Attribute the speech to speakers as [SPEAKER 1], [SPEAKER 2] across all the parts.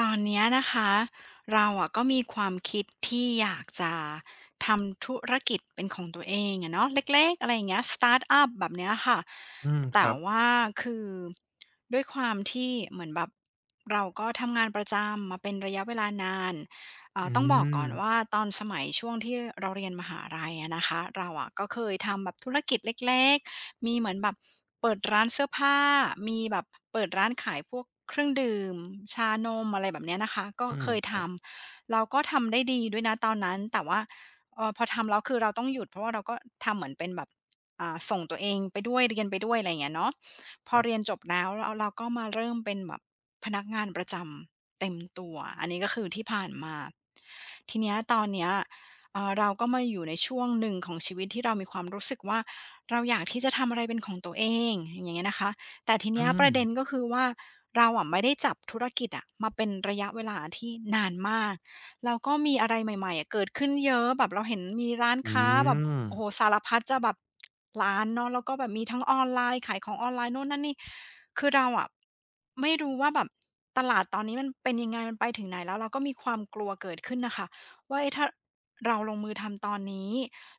[SPEAKER 1] ตอนเนี้ยนะคะเราอะก็มีความคิดที่อยากจะทำธุรกิจเป็นของตัวเองอะเนาะเล็กๆอะไรอย่างเงี้ยสตาร์ตอัปแบบเนี้ยค่ะ
[SPEAKER 2] อืมค
[SPEAKER 1] แต่
[SPEAKER 2] รับ
[SPEAKER 1] ว่าคือด้วยความที่เหมือนแบบเราก็ทำงานประจำมาเป็นระยะเวลานาน
[SPEAKER 2] อื
[SPEAKER 1] ต้องบอกก่
[SPEAKER 2] ม
[SPEAKER 1] อนว่าตอนสมัยช่วงที่เราเรียนมหาลัยอะนะคะเราอะก็เคยทำแบบธุรกิจเล็กๆ มีเหมือนแบบเปิดร้านเสื้อผ้า มีแบบเปิดร้านขายพวกเครื่องดื่มชานมอะไรแบบเนี้ยนะคะก็
[SPEAKER 2] อืม
[SPEAKER 1] เคย
[SPEAKER 2] ค
[SPEAKER 1] ท
[SPEAKER 2] รับ
[SPEAKER 1] ำเราก็ทำได้ดีด้วยนะตอนนั้นแต่ว่าพอทำแล้วคือเราต้องหยุดเพราะว่าเราก็ทำเหมือนเป็นแบบส่งตัวเองไปด้วยเรียนไปด้วยอะไรอย่างเงี้ยเนาะพ
[SPEAKER 2] ค
[SPEAKER 1] อ
[SPEAKER 2] รับ
[SPEAKER 1] เรียนจบแล้วแล้วเราก็มาเริ่มเป็นแบบพนักงานประจำเต็มตัวอันนี้ก็คือที่ผ่านมาทีเนี้ยตอนเนี้ยเราก็มาอยู่ในช่วงหนึ่งของชีวิตที่เรามีความรู้สึกว่า เราอยากที่จะทำอะไรเป็นของตัวเองอย่างเงี้ยนะคะแต่ที
[SPEAKER 2] อื
[SPEAKER 1] เนี้ยป
[SPEAKER 2] ม
[SPEAKER 1] ระเด็นก็คือว่าเราอะไม่ได้จับธุรกิจอะมาเป็นระยะเวลาที่นานมากแล้วก็มีอะไรใหม่ๆอะเกิดขึ้นเยอะแบบเราเห็นมีร้าน
[SPEAKER 2] อื
[SPEAKER 1] ค้าแบบ
[SPEAKER 2] ม
[SPEAKER 1] โอ้โฮสารพัดจะแบบร้านเนาะแล้วก็แบบมีทั้งออนไลน์ขายของออนไลน์นู่นนั่นนี่คือเราอะไม่รู้ว่าแบบตลาดตอนนี้มันเป็นยังไงมันไปถึงไหนแล้วเราก็มีความกลัวเกิดขึ้นน่ะค่ะว่าเอ๊ะถ้าเราลงมือทำตอนนี้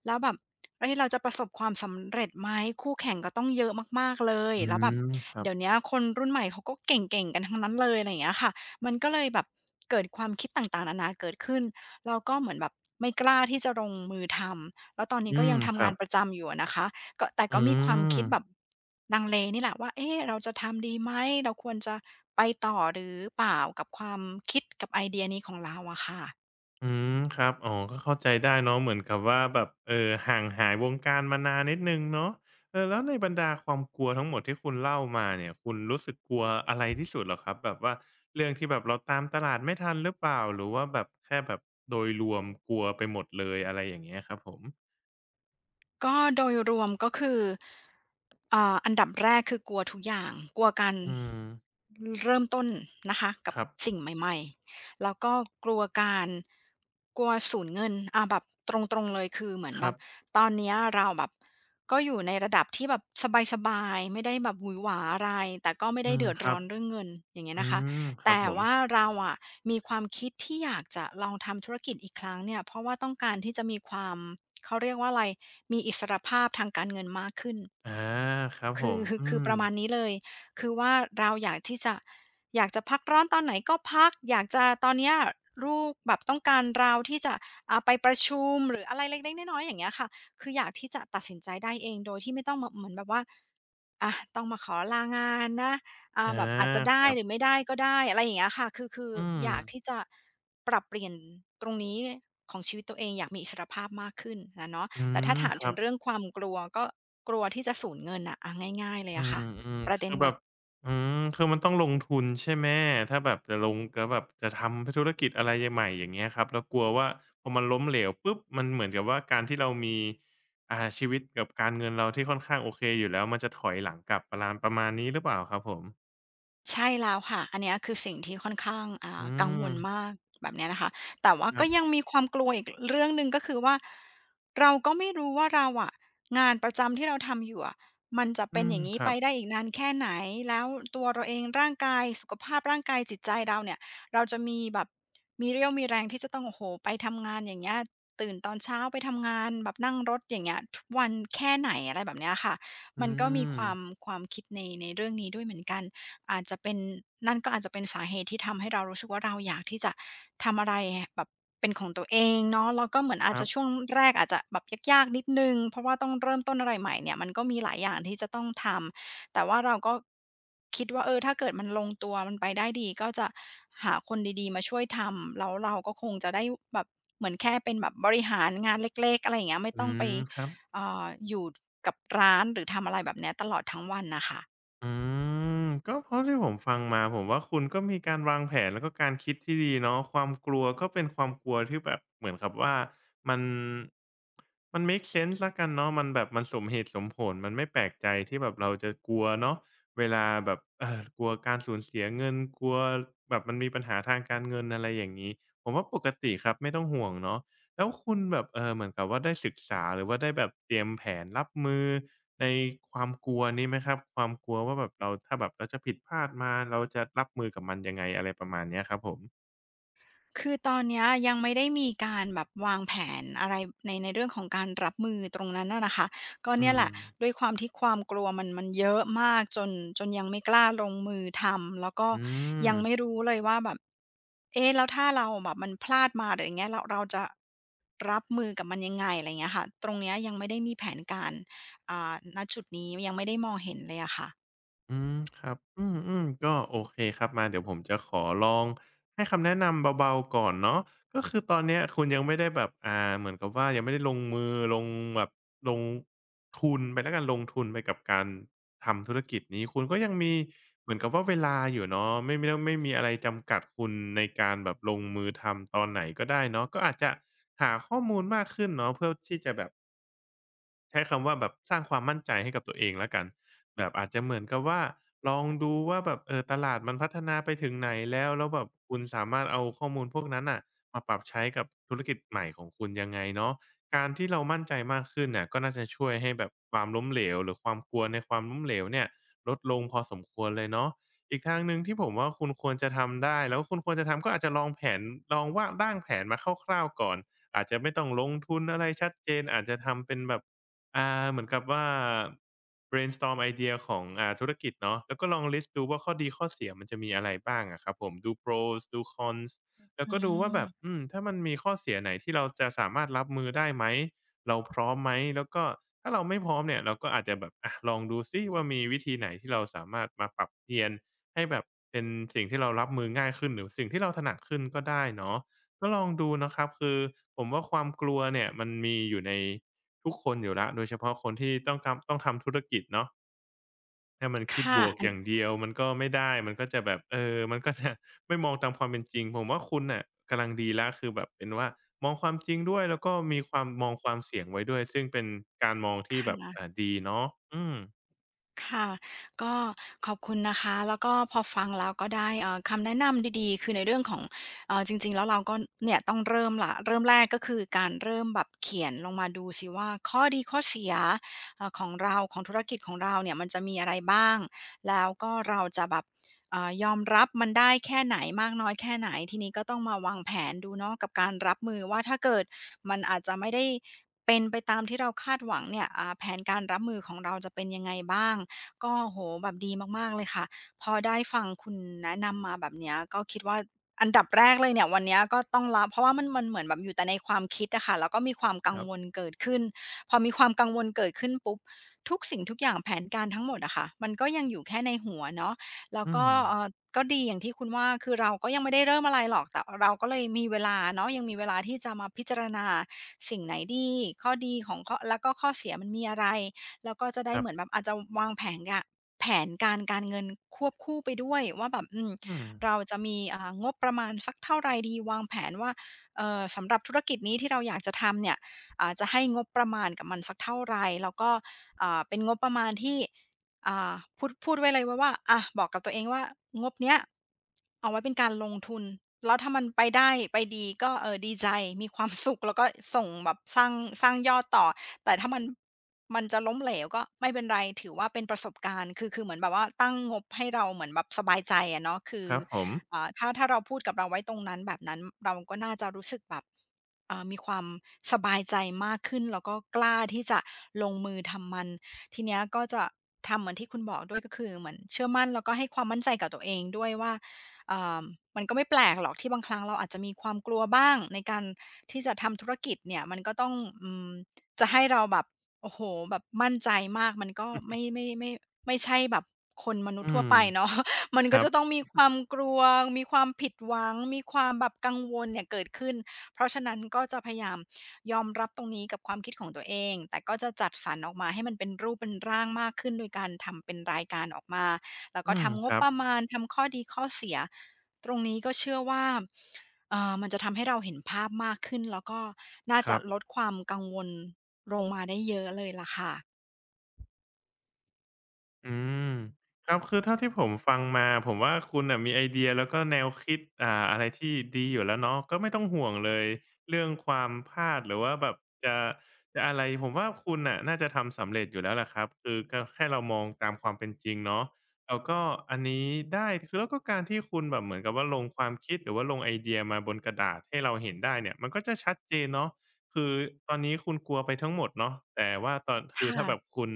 [SPEAKER 1] แล้วแบบเฮ้ยเราจะประสบความสำเร็จไหมคู่แข่งก็ต้องเยอะมากๆเลย
[SPEAKER 2] อื
[SPEAKER 1] แล้วแบบ
[SPEAKER 2] มครับ
[SPEAKER 1] เดี๋ยวเนี้ยคนรุ่นใหม่เขาก็เก่งๆกันทั้งนั้นเลยอะไรอย่างเงี้ยค่ะมันก็เลยแบบเกิดความคิดต่างๆนานาเกิดขึ้นแล้วก็เหมือนแบบไม่กล้าที่จะลงมือทำแล้วตอนนี้
[SPEAKER 2] อื
[SPEAKER 1] ก็
[SPEAKER 2] ม
[SPEAKER 1] ยัง
[SPEAKER 2] ค
[SPEAKER 1] ทำ
[SPEAKER 2] รั
[SPEAKER 1] งาน
[SPEAKER 2] บ
[SPEAKER 1] ประจำอยู่อะนะคะก็แต่
[SPEAKER 2] อื
[SPEAKER 1] ก็มีความ
[SPEAKER 2] ม
[SPEAKER 1] คิดแบบลังเลนี่แหละว่าเอ๊ะเราจะทำดีไหมเราควรจะไปต่อหรือเปล่ากับความคิดกับไอเดียนี้ของเราอะค่ะ
[SPEAKER 2] อืมครับอ๋อก็เข้าใจได้เนาะเหมือนกับว่าแบบห่างหายวงการมานานนิดหนึ่งเนาะเออแล้วในบรรดาความกลัวทั้งหมดที่คุณเล่ามาเนี่ยคุณรู้สึกกลัวอะไรที่สุดเหรอครับแบบว่าเรื่องที่แบบเราตามตลาดไม่ทันหรือเปล่าหรือว่าแบบแค่แบบโดยรวมกลัวไปหมดเลยอะไรอย่างเงี้ยครับผม
[SPEAKER 1] ก็โดยรวมก็คืออันดับแรกคือกลัวทุกอย่างกลัวการ
[SPEAKER 2] อืม
[SPEAKER 1] เริ่มต้นนะคะกับ
[SPEAKER 2] ครั
[SPEAKER 1] สิ่ง
[SPEAKER 2] บ
[SPEAKER 1] ใหม่ๆแล้วก็กลัวการกลัวสูญเงินแบบตรงๆเลยคือเหมือน
[SPEAKER 2] ค
[SPEAKER 1] แบ
[SPEAKER 2] รั
[SPEAKER 1] บ
[SPEAKER 2] บ
[SPEAKER 1] ตอนเนี้ยเราแบบก็อยู่ในระดับที่แบบสบายๆไม่ได้แบบหวือหวาอะไรแต่ก็ไม่
[SPEAKER 2] อื
[SPEAKER 1] ได้
[SPEAKER 2] ม
[SPEAKER 1] เดือด
[SPEAKER 2] ครั
[SPEAKER 1] ร้อ
[SPEAKER 2] บ
[SPEAKER 1] นเรื่องเงินอย่างเงี้
[SPEAKER 2] อื
[SPEAKER 1] ยนะคะ
[SPEAKER 2] มครับ
[SPEAKER 1] แต่
[SPEAKER 2] ผม
[SPEAKER 1] ว่าเราอะมีความคิดที่อยากจะลองทำธุรกิจอีกครั้งเนี่ยเพราะว่าต้องการที่จะมีความเขาเรียกว่าอะไร มีอิสรภาพทางการเงินมากขึ้น
[SPEAKER 2] อาครับผ
[SPEAKER 1] คือ
[SPEAKER 2] ม
[SPEAKER 1] คือ
[SPEAKER 2] อื
[SPEAKER 1] คือ
[SPEAKER 2] ม
[SPEAKER 1] ประมาณนี้เลย คือว่าเราอยากที่จะอยากจะพักร้อนตอนไหนก็พัก อยากจะตอนเนี้ยลูกแบบต้องการเราที่จะ หรืออะไรเล็กๆน้อยๆอย่างเงี้ยค่ะคืออยากที่จะตัดสินใจได้เองโดยที่ไม่ต้องมาเหมือนแบบว่าอะต้องมาขอลางานนะ
[SPEAKER 2] อา
[SPEAKER 1] แบบอาจจะ
[SPEAKER 2] ค
[SPEAKER 1] ได้
[SPEAKER 2] รับ
[SPEAKER 1] หรือไม่ได้ก็ได้อะไรอย่างเงี้ยค่ะคือ
[SPEAKER 2] อืม
[SPEAKER 1] อยากที่จะปรับเปลี่ยนตรงนี้ของชีวิตตัวเองอยากมีอิสรภาพมากขึ้นอะเนาะ
[SPEAKER 2] อื
[SPEAKER 1] แต่ถ้า
[SPEAKER 2] ม
[SPEAKER 1] ถาม
[SPEAKER 2] ค
[SPEAKER 1] ถึ
[SPEAKER 2] รั
[SPEAKER 1] ง
[SPEAKER 2] บ
[SPEAKER 1] เรื่องความกลัวก็กลัวที่จะสูญเงินน่ะอะง่ายๆเลย
[SPEAKER 2] อื
[SPEAKER 1] อะค่ะ
[SPEAKER 2] ม
[SPEAKER 1] ป
[SPEAKER 2] ๆ
[SPEAKER 1] ระเด็น
[SPEAKER 2] คือ
[SPEAKER 1] ห
[SPEAKER 2] แบ
[SPEAKER 1] ลั
[SPEAKER 2] บ
[SPEAKER 1] ก
[SPEAKER 2] อืมคือมันต้องลงทุนใช่ไหมถ้าแบบจะลงแล้วแบบจะทำธุรกิจอะไรใหม่ๆอย่างเงี้ยครับแล้วกลัวว่าพอมันล้มเหลวปุ๊บมันเหมือนกับว่าการที่เรามีชีวิตกับการเงินเราที่ค่อนข้างโอเคอยู่แล้วมันจะถอยหลังกลับประลามประมาณนี้หรือเปล่าครับผม
[SPEAKER 1] ใช่แล้วค่ะอันเนี้ยคือสิ่งที่ค่อนข้าง
[SPEAKER 2] อื
[SPEAKER 1] กังว
[SPEAKER 2] ม
[SPEAKER 1] ลมากแบบเนี้ยนะคะแต่ว่า
[SPEAKER 2] ครั
[SPEAKER 1] ก็ยัง
[SPEAKER 2] บ
[SPEAKER 1] มีความกลัวอีกเรื่องหนึ่งก็คือว่าเราก็ไม่รู้ว่าเราอะงานประจำที่เราทำอยู่อะมันจะเป็
[SPEAKER 2] อื
[SPEAKER 1] นอ
[SPEAKER 2] ม
[SPEAKER 1] ย่างงี้
[SPEAKER 2] ค
[SPEAKER 1] ไป
[SPEAKER 2] รับ
[SPEAKER 1] ได้อีกนานแค่ไหนแล้วตัวเราเองร่างกายสุขภาพร่างกายจิตใจเราเนี่ยเราจะมีแบบมีเรี่ยวมีแรงที่จะต้องโอ้โฮไปทำงานอย่างเงี้ยตื่นตอนเช้าไปทำงานแบบนั่งรถอย่างเงี้ยทุกวันแค่ไหนอะไรแบบเนี้ยค่ะ
[SPEAKER 2] อื
[SPEAKER 1] มันก็มีค
[SPEAKER 2] ม
[SPEAKER 1] วามความคิดในเรื่องนี้ด้วยเหมือนกัน อาจจะเป็นนั่นก็อาจจะเป็นสาเหตุที่ทำให้เรารู้สึกว่าเราอยากที่จะทำอะไรแบบเป็นของตัวเองเนาะแล้วก็เหมือน
[SPEAKER 2] ค
[SPEAKER 1] อาจ
[SPEAKER 2] รั
[SPEAKER 1] จะช่ว
[SPEAKER 2] บ
[SPEAKER 1] งแรกอาจจะแบบยากๆนิดหนึ่งเพราะว่าต้องเริ่มต้นอะไรใหม่เนี่ยมันก็มีหลายอย่างที่จะต้องทำแต่ว่าเราก็คิดว่าเออถ้าเกิดมันลงตัวมันไปได้ดีก็จะหาคนดีๆมาช่วยทำแล้วเราก็คงจะได้แบบเหมือนแค่เป็นแบบบริหารงานเล็กๆอะไรอย่างเงี้ยไม่
[SPEAKER 2] อื
[SPEAKER 1] ต้องไป
[SPEAKER 2] มครับ
[SPEAKER 1] อยู่กับร้านหรือทำอะไรแบบเนี้ยตลอดทั้งวันน่ะค่ะ
[SPEAKER 2] อืมก็เพราะที่ผมฟังมาผมว่าคุณก็มีการวางแผนแล้วก็การคิดที่ดีเนาะความกลัวก็เป็นความกลัวที่แบบเหมือนกับว่ามันมันเมกเซนส์แล้วกันเนาะมันแบบมันสมเหตุสมผลมันไม่แปลกใจที่แบบเราจะกลัวเนาะเวลาแบบกลัวการสูญเสียเงินกลัวแบบมันมีปัญหาทางการเงินอะไรอย่างงี้ผมว่าปกติครับไม่ต้องห่วงเนาะแล้วคุณแบบเหมือนกับว่าได้ศึกษาหรือว่าได้แบบเตรียมแผนรับมือ ในความกลัวนี้ไหมครับความกลัวว่าแบบเราถ้าแบบเราจะผิดพลาดมาเราจะรับมือกับมันยังไงอะไรประมาณเนี้ยครับผม
[SPEAKER 1] คือตอนเนี้ยยังไม่ได้มีการแบบวางแผนอะไรในเรื่องของการรับมือตรงนั้นน่ะนะคะก็
[SPEAKER 2] อื
[SPEAKER 1] เนี่ยแห
[SPEAKER 2] ม
[SPEAKER 1] ละด้วยความที่ความกลัวมันเยอะมากจนจนยังไม่กล้าลงมือทำแล้วก็
[SPEAKER 2] อืม
[SPEAKER 1] ยังไม่รู้เลยว่าแบบเอ๊ะแล้วถ้าเราแบบมันพลาดมาหรืออย่างเงี้ยเราจะรับมือกับมันยังไงอะไรอย่างเงี้ยค่ะตรงเนี้ยยังไม่ได้มีแผนการณจุดนี้ยังไม่ได้มองเห็นเลยอะค่ะ
[SPEAKER 2] อืมครับอืมอืมก็โอเคครับมาเดี๋ยวผมจะขอลองให้คำแนะนำเบาๆก่อนเนาะก็คือตอนเนี้ยคุณยังไม่ได้แบบเหมือนกับว่ายังไม่ได้ลงมือลงแบบลงทุนไปแล้วกันลงทุนไปกับการทำธุรกิจนี้คุณก็ยังมีเหมือนกับว่าเวลาอยู่เนาะไม่ต้องไม่มีอะไรจำกัดคุณในการแบบลงมือทำตอนไหนก็ได้เนาะก็อาจจะหาข้อมูลมากขึ้นเนาะเพื่อที่จะแบบ ใช้คำว่าแบบสร้างความมั่นใจให้กับตัวเองแล้วกันแบบอาจจะเหมือนกับว่าลองดูว่าแบบเออตลาดมันพัฒนาไปถึงไหนแล้วแบบคุณสามารถเอาข้อมูลพวกนั้นน่ะมาปรับใช้กับธุรกิจใหม่ของคุณยังไงเนาะการที่เรามั่นใจมากขึ้นน่ะก็น่าจะช่วยให้แบบความล้มเหลวหรือความกลัวในความล้มเหลวเนี่ยลดลงพอสมควรเลยเนาะอีกทางหนึ่งที่ผมว่าคุณควรจะทำได้แล้วคุณควรจะทำก็อาจจะลองแผนลองว่าร่างแผนมาคร่าวๆก่อนอาจจะไม่ต้องลงทุนอะไรชัดเจนอาจจะทำเป็นแบบ อ่าเหมือนกับว่า brainstorm ไอเดียของธุรกิจเนาะแล้วก็ลอง list ดูว่าข้อดีข้อเสียมันจะมีอะไรบ้างอะครับผมดู pros ดู cons แล้ว
[SPEAKER 1] อื
[SPEAKER 2] ก็ดูว่าแบบอื
[SPEAKER 1] ม
[SPEAKER 2] มถ้ามันมีข้อเสียไหนที่เราจะสามารถรับมือได้ไหมเราพร้อมไหมแล้วก็ถ้าเราไม่พร้อมเนี่ยเราก็อาจจะแบบอะลองดูซิว่ามีวิธีไหนที่เราสามารถมาปรับเปลี่ยนให้แบบเป็นสิ่งที่เรารับมือง่ายขึ้นหรือสิ่งที่เราถนัดขึ้นก็ได้เนาะก็ลองดูนะครับคือผมว่าความกลัวเนี่ยมันมีอยู่ใน ทุกคนอยู่แล้วโดยเฉพาะคนที่ต้องกำต้องทำธุรกิจเนาะถ้ามันคิด
[SPEAKER 1] ค่ะ
[SPEAKER 2] บวก
[SPEAKER 1] อัน
[SPEAKER 2] อย่างเดียวมันก็ไม่ได้มันก็จะแบบเออมันก็จะ ไม่มองตามความเป็นจริงผมว่าคุณน่ะกำลังดีแล้วคือแบบเป็นว่ามองความจริงด้วยแล้วก็มีความมองความเสี่ยงไว้ด้วยซึ่งเป็นการมองที่
[SPEAKER 1] ค่
[SPEAKER 2] แบบ
[SPEAKER 1] ะ
[SPEAKER 2] ดีเนาะอืม
[SPEAKER 1] ค่ะก็ขอบคุณนะคะแล้วก็พอฟังแล้วก็ได้คำแนะนำดีๆคือในเรื่องของจริงๆแล้วเราก็เนี่ยต้องเริ่มละเริ่มแรกก็คือการเริ่มแบบเขียนลงมาดูสิว่าข้อดีข้อเสียของเราของธุรกิจของเราเนี่ยมันจะมีอะไรบ้างแล้วก็เราจะแบบยอมรับมันได้แค่ไหนมากน้อยแค่ไหนทีนี้ก็ต้องมาวางแผนดูเนาะกับการรับมือว่าถ้าเกิดมันอาจจะไม่ได้เป็นไปตามที่เราคาดหวังเนี่ยแผนการรับมือของเราจะเป็นยังไงบ้าง ก็โอ้โฮแบบดีมากๆเลยค่ะพอได้ฟังคุณแนะนำมาแบบเนี้ยก็คิดว่าอันดับแรกเลยเนี่ยวันเนี้ยก็ต้องละเพราะว่ามันมันเหมือนแบบอยู่แต่ในความคิดอะค่ะแล้วก็มีความกั
[SPEAKER 2] ค
[SPEAKER 1] ง
[SPEAKER 2] รับ
[SPEAKER 1] วลเกิดขึ้นพอมีความกังวลเกิดขึ้นปุ๊บทุกสิ่งทุกอย่างแผนการทั้งหมดอะค่ะมันก็ยังอยู่แค่ในหัวเนาะแล้ว
[SPEAKER 2] อื
[SPEAKER 1] ก็
[SPEAKER 2] ม
[SPEAKER 1] ก็ดีอย่างที่คุณว่าคือเราก็ยังไม่ได้เริ่มอะไรหรอกแต่เราก็เลยมีเวลาเนาะยังมีเวลาที่จะมาพิจารณาสิ่งไหนดีข้อดีของข้อแล้วก็ข้อเสียมันมีอะไร แล้วก็จะได้
[SPEAKER 2] ครั
[SPEAKER 1] เห
[SPEAKER 2] บ
[SPEAKER 1] มือนแบบอาจจะวางแผนกะแผนการการเงินควบคู่ไปด้วยว่าแบบอืม
[SPEAKER 2] อืม
[SPEAKER 1] เราจะมีงบประมาณสักเท่าไรดีวางแผนว่าสำหรับธุรกิจนี้ที่เราอยากจะทำเนี่ยจะให้งบประมาณกับมันสักเท่าไรแล้วก็เป็นงบประมาณที่อ่าพูดไว้เลยว่าอะบอกกับตัวเองว่างบเนี้ยเอาไว้เป็นการลงทุนแล้วถ้ามันไปได้ไปดีก็เออดีใจมีความสุขแล้วก็ส่งแบบสร้างสร้างยอดต่อ แต่ถ้ามันจะล้มเหลวก็ไม่เป็นไรถือว่าเป็นประสบการณ์คือเหมือนแบบว่าตั้งงบให้เราเหมือนแบบสบายใจอะเนาะคือ
[SPEAKER 2] ครับผม
[SPEAKER 1] ถ้าเราพูดกับเราไว้ตรงนั้นแบบนั้นเราก็น่าจะรู้สึกแบบมีความสบายใจมากขึ้นแล้วก็กล้าที่จะลงมือทำมันทีเนี้ยก็จะทำเหมือนที่คุณบอกด้วยก็คือเหมือนเชื่อมั่นแล้วก็ให้ความมั่นใจกับตัวเองด้วยว่าอ่ามันก็ไม่แปลกหรอกที่บางครั้งเราอาจจะมีความกลัวบ้างในการที่จะทำธุรกิจเนี่ยมันก็ต้องอืม จะให้เราแบบโอ้โฮแบบมั่นใจมากมันก็ไม่ใช่แบบคนมนุษ
[SPEAKER 2] อื
[SPEAKER 1] ย์ทั่ว
[SPEAKER 2] ม
[SPEAKER 1] ไปเนาะ มัน
[SPEAKER 2] ค
[SPEAKER 1] ก็
[SPEAKER 2] รับ
[SPEAKER 1] จะต้องมีความกลัวมีความผิดหวังมีความแบบกังวลเนี่ยเกิดขึ้นเพราะฉะนั้นก็จะพยายามยอมรับตรงนี้กับความคิดของตัวเองแต่ก็จะจัดสรรออกมาให้มันเป็นรูปเป็นร่างมากขึ้นโดยการทำเป็นรายการออกมาแล้วก็
[SPEAKER 2] อืม
[SPEAKER 1] ทำง
[SPEAKER 2] ค
[SPEAKER 1] บ
[SPEAKER 2] รั
[SPEAKER 1] ป
[SPEAKER 2] บ
[SPEAKER 1] ระมาณทำข้อดีข้อเสียตรงนี้ก็เชื่อว่ามันจะทำให้เราเห็นภาพมากขึ้นแล้วก็น่า
[SPEAKER 2] ค
[SPEAKER 1] จะ
[SPEAKER 2] รั
[SPEAKER 1] ลด
[SPEAKER 2] บ
[SPEAKER 1] ความกังวล ลงมาได้เยอะเลยล่ะค่ะ
[SPEAKER 2] อืมครับคือเท่าที่ผมฟังมาผมว่าคุณน่ะมีไอเดียแล้วก็แนวคิดอะไรที่ดีอยู่แล้วเนาะก็ไม่ต้องห่วงเลยเรื่องความพลาดหรือว่าแบบจะจะอะไรผมว่าคุณน่ะน่าจะทำสำเร็จอยู่แล้วแหละครับคือก็แค่เรามองตามความเป็นจริงเนาะแล้วก็อันนี้ได้คือแล้วก็การที่คุณแบบเหมือนกับว่าลงความคิดหรือว่าลงไอเดียมาบนกระดาษให้เราเห็นได้เนี่ยมันก็จะชัดเจนเนาะคือตอนนี้คุณกลัวไปทั้งหมดเนาะแต่ว่าตอนคือ
[SPEAKER 1] ค่ะ
[SPEAKER 2] ถ้าแบบคุณ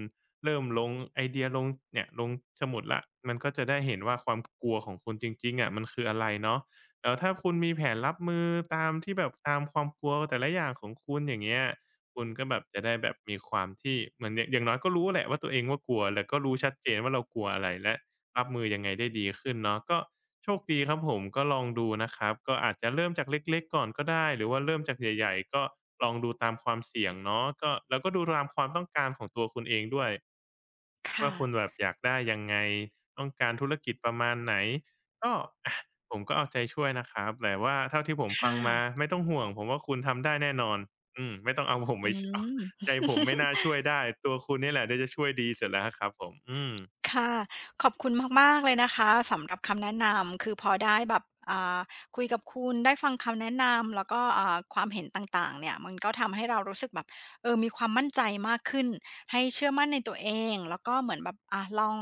[SPEAKER 2] เริ่มลงไอเดียลงเนี่ยลงสมุดละมันก็จะได้เห็นว่าความกลัวของคุณจริงๆอะมันคืออะไรเนาะแล้วถ้าคุณมีแผนรับมือตามที่แบบตามความกลัวแต่ละอย่างของคุณอย่างเงี้ยคุณก็แบบจะได้แบบมีความที่เหมือนอย่างอย่างน้อยก็รู้แหละว่าตัวเองว่ากลัวแล้วก็รู้ชัดเจนว่าเรากลัวอะไรและรับมือยังไงได้ดีขึ้นเนาะก็โชคดีครับผมก็ลองดูนะครับก็อาจจะเริ่มจากเล็กๆก่อนก็ได้หรือว่าเริ่มจากใหญ่ๆก็ลองดูตามความเสี่ยงเนาะก็แล้วก็ดูตามความต้องการของตัวคุณเองด้วย
[SPEAKER 1] ค่ะ
[SPEAKER 2] ว่าคุณแบบอยากได้ยังไงต้องการธุรกิจประมาณไหนก็อะผมก็เอาใจช่วยนะครับแต่ว่าเท่าที่ผมฟั
[SPEAKER 1] ค่ะ
[SPEAKER 2] งมาไม่ต้องห่วงผมว่าคุณทำได้แน่นอนอืมไม่ต้องเอาผม
[SPEAKER 1] อื
[SPEAKER 2] ไปชเอา
[SPEAKER 1] ม
[SPEAKER 2] ใจผมไม่น่าช่วยได้ตัวคุณนี่แหละที่จะช่วยดีเสร็จแล้วอะครับผมอืม
[SPEAKER 1] ค่ะขอบคุณมากๆเลยนะคะสำหรับคำแนะนำคือพอได้แบบอ่าคุยกับคุณได้ฟังคำแนะนำแล้วก็ความเห็นต่างๆเนี่ยมันก็ทำให้เรารู้สึกแบบเออมีความมั่นใจมากขึ้นให้เชื่อมั่นในตัวเองแล้วก็เหมือนแบบอะลอง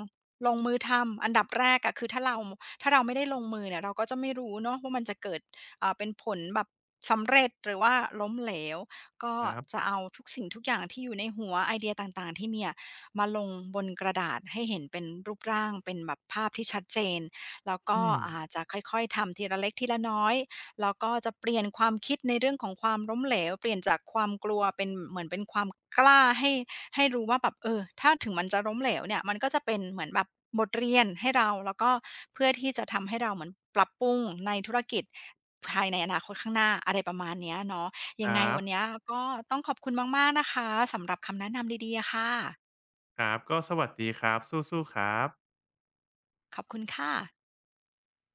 [SPEAKER 1] ลงมือทำอันดับแรกอะคือถ้าเราไม่ได้ลงมือเนี่ยเราก็จะไม่รู้เนาะว่ามันจะเกิดเป็นผลแบบสำเร็จหรือว่าล้มเหลวก็
[SPEAKER 2] ครับ
[SPEAKER 1] จะเอาทุกสิ่งทุกอย่างที่อยู่ในหัวไอเดียต่างๆที่มีอะ มาลงบนกระดาษให้เห็นเป็นรูปร่างเป็นแบบภาพที่ชัดเจนแล้วก็
[SPEAKER 2] อืม
[SPEAKER 1] จะค่อยๆทำทีละเล็กทีละน้อยแล้วก็จะเปลี่ยนความคิดในเรื่องของความล้มเหลวเปลี่ยนจากความกลัวเป็นเหมือนเป็นความกล้าให้ให้รู้ว่าแบบเออถ้าถึงมันจะล้มเหลวเนี่ยมันก็จะเป็นเหมือนแบบบทเรียนให้เราแล้วก็เพื่อที่จะทำให้เราเหมือนปรับปรุงในธุรกิจภายในอนาคตข้างหน้าอะไรประมาณเนี้ยเนาะ
[SPEAKER 2] ค
[SPEAKER 1] ยังไง
[SPEAKER 2] รับ
[SPEAKER 1] วันเนี้ยก็ต้องขอบคุณมากๆนะคะสำหรับคำแนะนำดีๆอะค่ะ
[SPEAKER 2] ครับก็สวัสดีครับสู้ๆครับ
[SPEAKER 1] ขอบคุณค่ะ